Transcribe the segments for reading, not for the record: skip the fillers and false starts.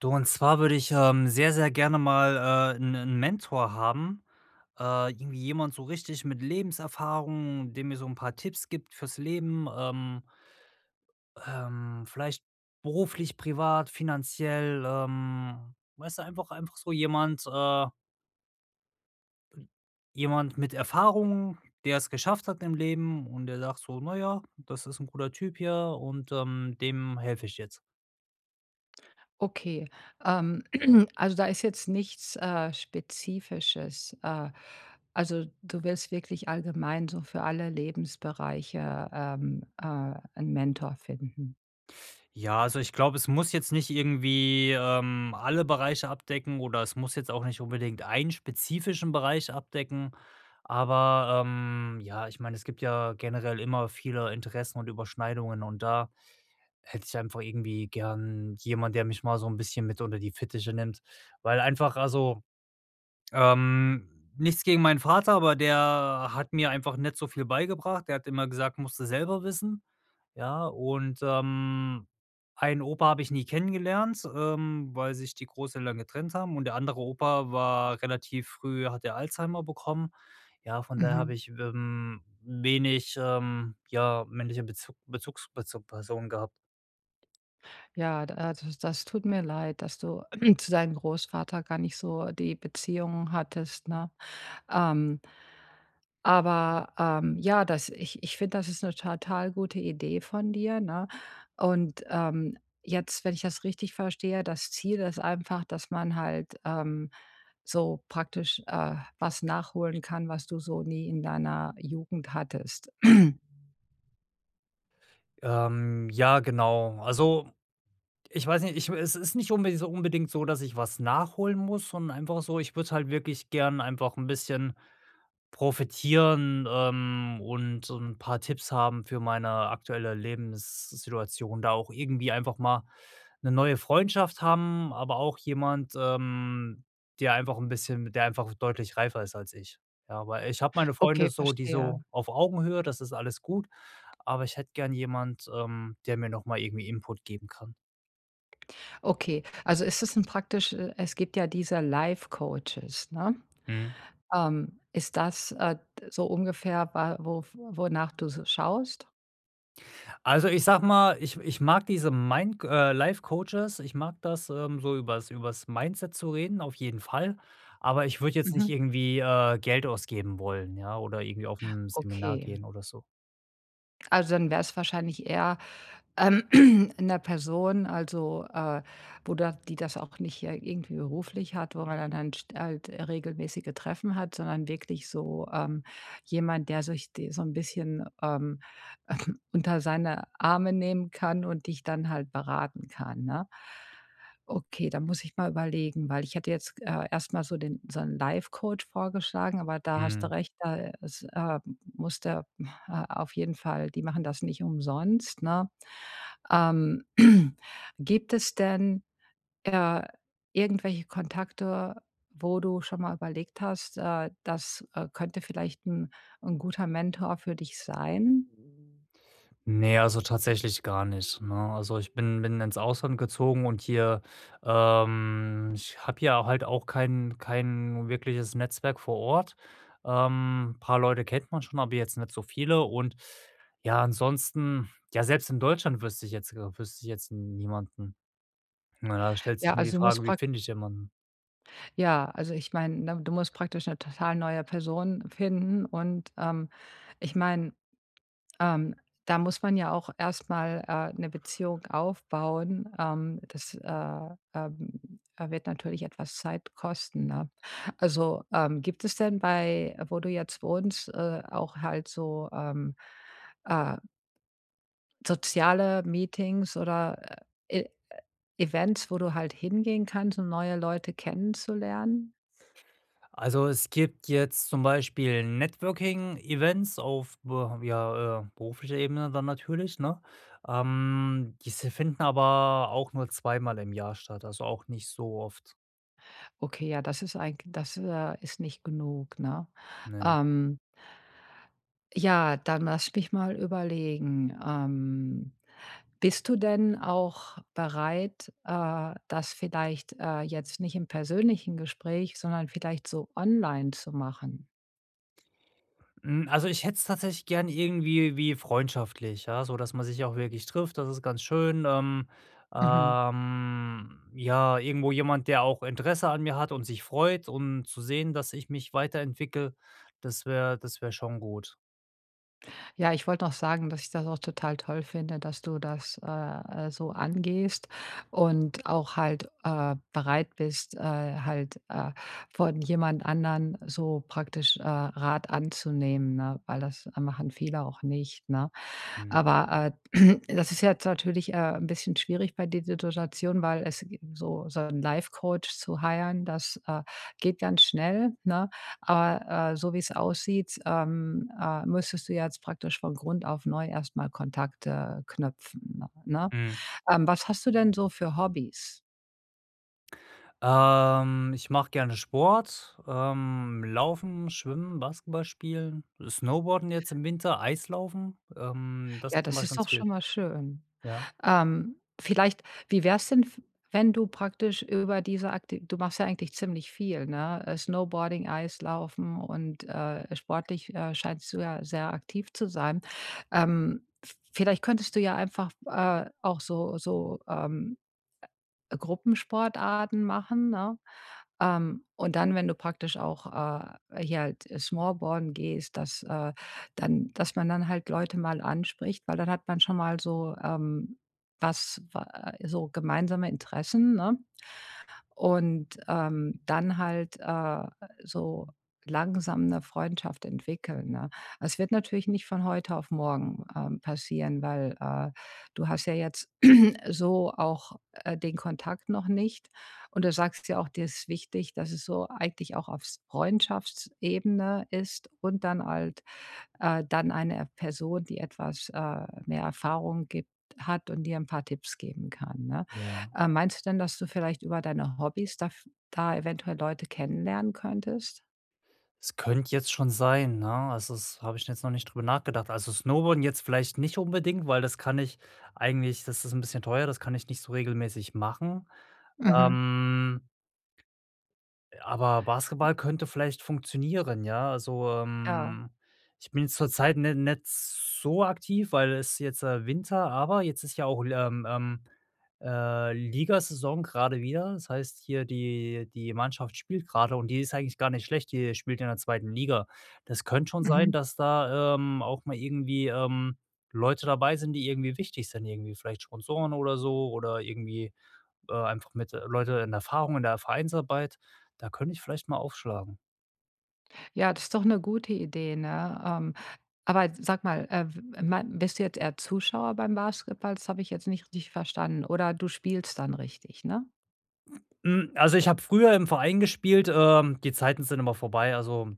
Du, und zwar würde ich, sehr, sehr gerne mal, 'n Mentor haben. Irgendwie jemand so richtig mit Lebenserfahrung, der mir so ein paar Tipps gibt fürs Leben, vielleicht beruflich, privat, finanziell, weißt du, einfach so jemand jemand mit Erfahrung, der es geschafft hat im Leben und der sagt so: „Na ja, das ist ein guter Typ hier und, dem helfe ich jetzt.“ Okay, ähm, also da ist jetzt nichts, Spezifisches. Also du willst wirklich allgemein so für alle Lebensbereiche, 'n Mentor finden. Ja, also ich glaube, es muss jetzt nicht irgendwie, alle Bereiche abdecken oder es muss jetzt auch nicht unbedingt einen spezifischen Bereich abdecken. Aber, ja, ich meine, es gibt ja generell immer viele Interessen und Überschneidungen und da hätte ich einfach irgendwie gern jemand, der mich mal so ein bisschen mit unter die Fittiche nimmt, weil einfach ähm, nichts gegen meinen Vater, aber der hat mir einfach nicht so viel beigebracht. Der hat immer gesagt: „Musst du selber wissen.“ Ja, und, einen Opa habe ich nie kennengelernt, weil sich die Großeltern getrennt haben und der andere Opa war relativ früh hat er Alzheimer bekommen. Ja, von daher Mhm. habe ich, wenig, ja, männliche Bezugspersonen gehabt. Ja, d das das tut mir leid, dass du zu deinem Großvater gar nicht so die Beziehungen hattest, ne? Ähm Aber ja, das, ich finde, das ist eine total gute Idee von dir, ne? Und, jetzt, wenn ich das richtig verstehe, das Ziel ist einfach, dass man halt, so praktisch, was nachholen kann, was du so nie in deiner Jugend hattest. Ja, genau. Ich weiß nicht, ich es ist nicht unbedingt so, dass ich was nachholen muss, sondern einfach so, ich würde halt wirklich gern einfach ein bisschen profitieren, und so ein paar Tipps haben für meine aktuelle Lebenssituation. Da auch irgendwie einfach mal eine neue Freundschaft haben, aber auch jemand, der einfach deutlich reifer ist als ich. Ja, weil ich habe meine Freunde Okay, so die verstehe. so auf Augenhöhe, das ist alles gut, aber ich hätte gern jemand, der mir noch mal irgendwie Input geben kann. Okay, also ist es ein praktisch es gibt ja diese Life Coaches, ne? Mhm. Ist das, so ungefähr wa wof wonach du so schaust? Also, ich sag mal, ich mag diese Mind Life Coaches. Ich mag das, so übers Mindset zu reden, auf jeden Fall. Aber ich würde jetzt nicht Mhm. irgendwie, Geld ausgeben wollen, ja, oder irgendwie auf ein Seminar Okay. gehen oder so. Also, dann wäre es wahrscheinlich eher ähm, 'ner Person, also, wo da die das auch nicht, irgendwie beruflich hat, wo man dann dann st halt regelmäßige Treffen hat, sondern wirklich so, jemand, der sich de so ein bisschen, unter seine Arme nehmen kann und dich dann halt beraten kann, ne? Okay, da muss ich mal überlegen, weil ich hätte jetzt, erst mal so den so einen Life-Coach vorgeschlagen, aber da hast du Mhm. recht, da es, muss der, äh, auf jeden Fall die machen das nicht umsonst, ne? Ähm, Gibt es denn, äh, irgendwelche Kontakte, wo du schon mal überlegt hast, das, könnte vielleicht ein 'n guter Mentor für dich sein? Ne, also tatsächlich gar nicht, ne? Also, ich bin ins Ausland gezogen und hier ich habe hier halt auch kein wirkliches Netzwerk vor Ort. Paar Leute kennt man schon, aber jetzt nicht so viele und ja, ansonsten ja, selbst in Deutschland wüsste ich jetzt niemanden. Na, da stellt Ja, sich mir die also, du musst Frage: „Wie prakt finde ich jemanden?“ ja, also, ich meine, ne, du musst praktisch eine total neue Person finden und, ich meine Ähm, da muss man ja auch erstmal mal, 'ne Beziehung aufbauen. Ähm, wird natürlich etwas Zeit kosten, ne? Also, gibt es denn bei wo du jetzt wohnst, auch halt so, äh, soziale Meetings oder, E Events, wo du halt hingehen kannst, um neue Leute kennenzulernen? Also, es gibt jetzt zum Beispiel Networking-Events auf beruflicher Ebene dann natürlich, ne? Diese finden aber auch nur zweimal im Jahr statt, also auch nicht so oft. Okay, ja, das ist eigentlich das, ist nicht genug, ne? Ne. Ähm, ja, dann lass mich mal überlegen. Bist du denn auch bereit, das vielleicht, jetzt nicht im persönlichen Gespräch, sondern vielleicht so online zu machen? Hm, also, ich hätte es tatsächlich gern irgendwie wie freundschaftlich, ja, so dass man sich auch wirklich trifft. Das ist ganz schön. Mhm. Ja, irgendwo jemand, der auch Interesse an mir hat und sich freut und zu sehen, dass ich mich weiterentwickle, das wäre schon gut. Ja, ich wollte noch sagen, dass ich das auch total toll finde, dass du das, so angehst und auch halt, bereit bist, von jemand anderen so praktisch, Rat anzunehmen, ne? Weil das machen viele auch nicht, ne? Mhm. Aber, das ist jetzt natürlich, 'n bisschen schwierig bei dieser Situation, weil es g so so 'n Life-Coach zu hiren, das, geht ganz schnell, ne? Aber, so wie es aussieht, müsstest du jetzt praktisch von Grund auf neu erstmal Kontakte knüpfen, ne? Mhm. Was hast du denn so für Hobbys? Ich mache gerne Sport, Laufen, Schwimmen, Basketball spielen, Snowboarden jetzt im Winter, Eislaufen, das Ja, das mache ich ist ganz doch viel. schon mal schön. Ja, Vielleicht wie wär's denn, f wenn du praktisch über diese Akti du machst ja eigentlich ziemlich viel, ne? Snowboarding, Eislaufen und, sportlich, scheinst du ja sehr aktiv zu sein. V Vielleicht könntest du ja einfach, auch so Gruppensportarten machen, ne? Und dann, wenn du praktisch auch, hier halt Smallborn gehst, dass, dann dass man dann halt Leute mal anspricht, weil dann hat man schon mal so, was wa so gemeinsame Interessen, ne? Und, dann halt, so langsam eine Freundschaft entwickeln, ne? Es wird natürlich nicht von heute auf morgen, passieren, weil, du hast ja jetzt so auch, den Kontakt noch nicht. Und du sagst ja auch, dir ist wichtig, dass es so eigentlich auch auf Freundschaftsebene ist und dann halt dann eine Person, die etwas, mehr Erfahrung gibt hat und dir ein paar Tipps geben kann, ne? ja. Meinst du denn, dass du vielleicht über deine Hobbys da eventuell Leute kennenlernen könntest? Es könnte jetzt schon sein, ne? Also, das habe ich jetzt noch nicht drüber nachgedacht. Also, Snowboarden jetzt vielleicht nicht unbedingt, weil das kann ich eigentlich das ist ein bisschen teuer, das kann ich nicht so regelmäßig machen. Mhm. Ähm. Aber Basketball könnte vielleicht funktionieren, ja. Also, Ja. Ich bin jetzt zurzeit ni nicht so aktiv, weil es jetzt, Winter aber jetzt ist ja auch l Ligasaison grade wieder. Das heißt hier, die Mannschaft spielt gerade und die ist eigentlich gar nicht schlecht, die spielt in der zweiten Liga. Das könnte schon sein, Mhm. dass da, auch mal irgendwie, Leute dabei sind, die irgendwie wichtig sind, irgendwie vielleicht Sponsoren oder so oder einfach mit, Leute in Erfahrung in der Vereinsarbeit, da könnte ich vielleicht mal aufschlagen. Ja, das ist doch eine gute Idee, ne? Aber sag mal, w mein bist du jetzt eher Zuschauer beim Basketball? Das habe ich jetzt nicht richtig verstanden. Oder du spielst dann richtig, ne? Hm, also, ich habe früher im Verein gespielt, die Zeiten sind immer vorbei, also,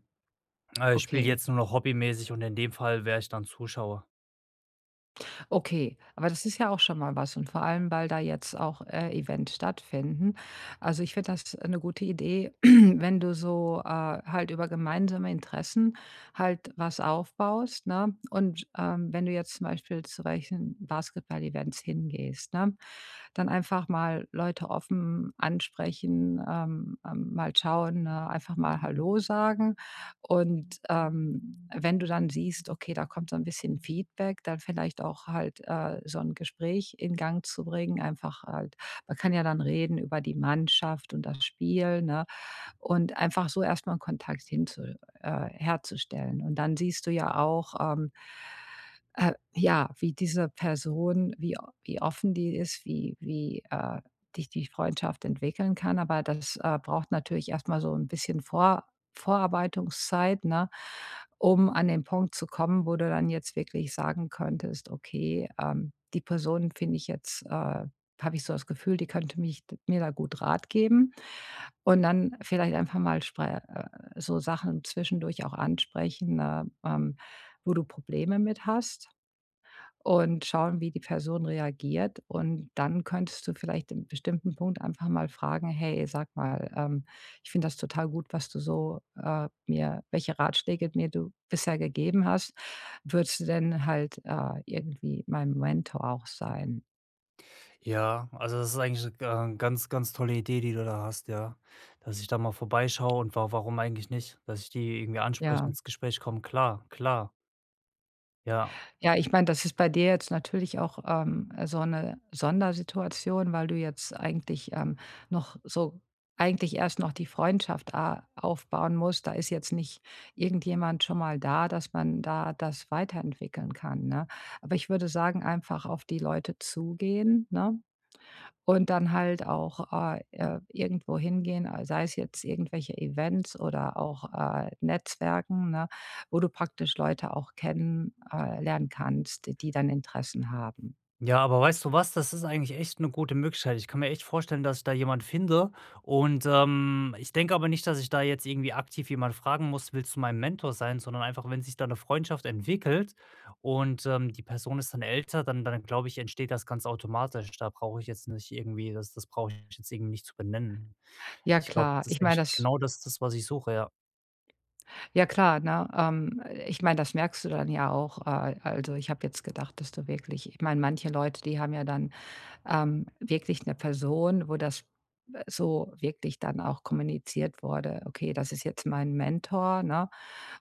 ich spiele Okay. jetzt nur noch hobbymäßig und in dem Fall wäre ich dann Zuschauer. Okay, aber das ist ja auch schon mal was und vor allem, weil da jetzt auch, Events stattfinden. Also, ich finde das eine gute Idee, wenn du so, halt über gemeinsame Interessen halt was aufbaust, ne? Und, wenn du jetzt zum Beispiel zu welchen Basketball-Events hingehst, ne, dann einfach mal Leute offen ansprechen, mal schauen, ne, einfach mal hallo sagen. Und, wenn du dann siehst, okay, da kommt so ein bisschen Feedback, dann vielleicht auch halt, so ein Gespräch in Gang zu bringen, einfach halt man kann ja dann reden über die Mannschaft und das Spiel, ne? Und einfach so erstmal mal Kontakt hinzu herzustellen. Und dann siehst du ja auch, ja, wie diese Person wie o wie offen die ist, wie dich die Freundschaft entwickeln kann. Aber das, braucht natürlich erstmal so ein bisschen Vorarbeitungszeit, ne, um an den Punkt zu kommen, wo du dann jetzt wirklich sagen könntest: „Okay, die Person finde ich jetzt, habe ich so das Gefühl, die könnte mich mir da gut Rat geben und dann vielleicht einfach mal spre so Sachen zwischendurch auch ansprechen, wo du Probleme mit hast und schauen, wie die Person reagiert. Und dann könntest du vielleicht im bestimmten Punkt einfach mal fragen: „Hey, sag mal, ich finde das total gut, was du so, mir welche Ratschläge mir du bisher gegeben hast. Würdest du denn halt, irgendwie mein Mentor auch sein?“ Ja, also, das ist eigentlich, ganz, ganz tolle Idee, die du da hast, ja, dass ich da mal vorbeischaue und wa warum eigentlich nicht? Dass ich die irgendwie anspreche, Ja. ins Gespräch komme, klar, klar, ja. Ja, ich meine, das ist bei dir jetzt natürlich auch, so eine Sondersituation, weil du jetzt eigentlich, noch so eigentlich erst noch die Freundschaft a aufbauen musst. Da ist jetzt nicht irgendjemand schon mal da, dass man da das weiterentwickeln kann, ne? Aber ich würde sagen, einfach auf die Leute zugehen, ne? Und dann halt auch, irgendwo hingehen, sei es jetzt irgendwelche Events oder auch, Netzwerken, ne, wo du praktisch Leute auch kennen lernen kannst, d die dann Interessen haben. Ja, aber weißt du was? Das ist eigentlich echt eine gute Möglichkeit. Ich kann mir echt vorstellen, dass ich da jemand finde und, ich denke aber nicht, dass ich da jetzt irgendwie aktiv jemand fragen muss: „Willst du mein Mentor sein?“, sondern einfach, wenn sich da eine Freundschaft entwickelt und, die Person ist dann älter, dann glaube ich, entsteht das ganz automatisch. Da brauche ich jetzt nicht irgendwie das das brauche ich jetzt irgendwie nicht zu benennen. Ja Ich glaube, klar, das ich ist meine eigentlich das genau das, was ich suche, ja. ja klar, ne? Ich meine, das merkst du dann ja auch. Also, ich habe jetzt gedacht, dass du wirklich ich meine, manche Leute, die haben ja dann, wirklich eine Person, wo das, so wirklich dann auch kommuniziert wurde: „Okay, das ist jetzt mein Mentor“, ne?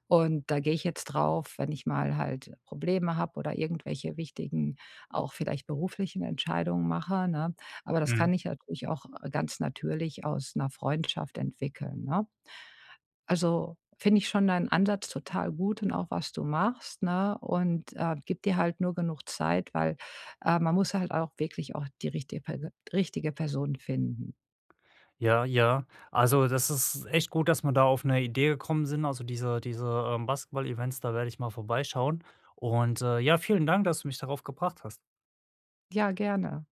Und da gehe ich jetzt drauf, wenn ich mal halt Probleme habe oder irgendwelche wichtigen, auch vielleicht beruflichen Entscheidungen mache, ne? Aber das Mhm. kann ich natürlich auch ganz natürlich aus 'ner Freundschaft entwickeln, ne? Also, finde ich schon deinen Ansatz total gut und auch, was du machst, ne? Und, gib dir halt nur genug Zeit, weil, man muss halt auch wirklich auch die richtige Person finden. Ja, ja. Also, das ist echt gut, dass wir da auf eine Idee gekommen sind. Also, diese, Basketball-Events, da werde ich mal vorbeischauen. Und, ja, vielen Dank, dass du mich darauf gebracht hast. Ja, gerne.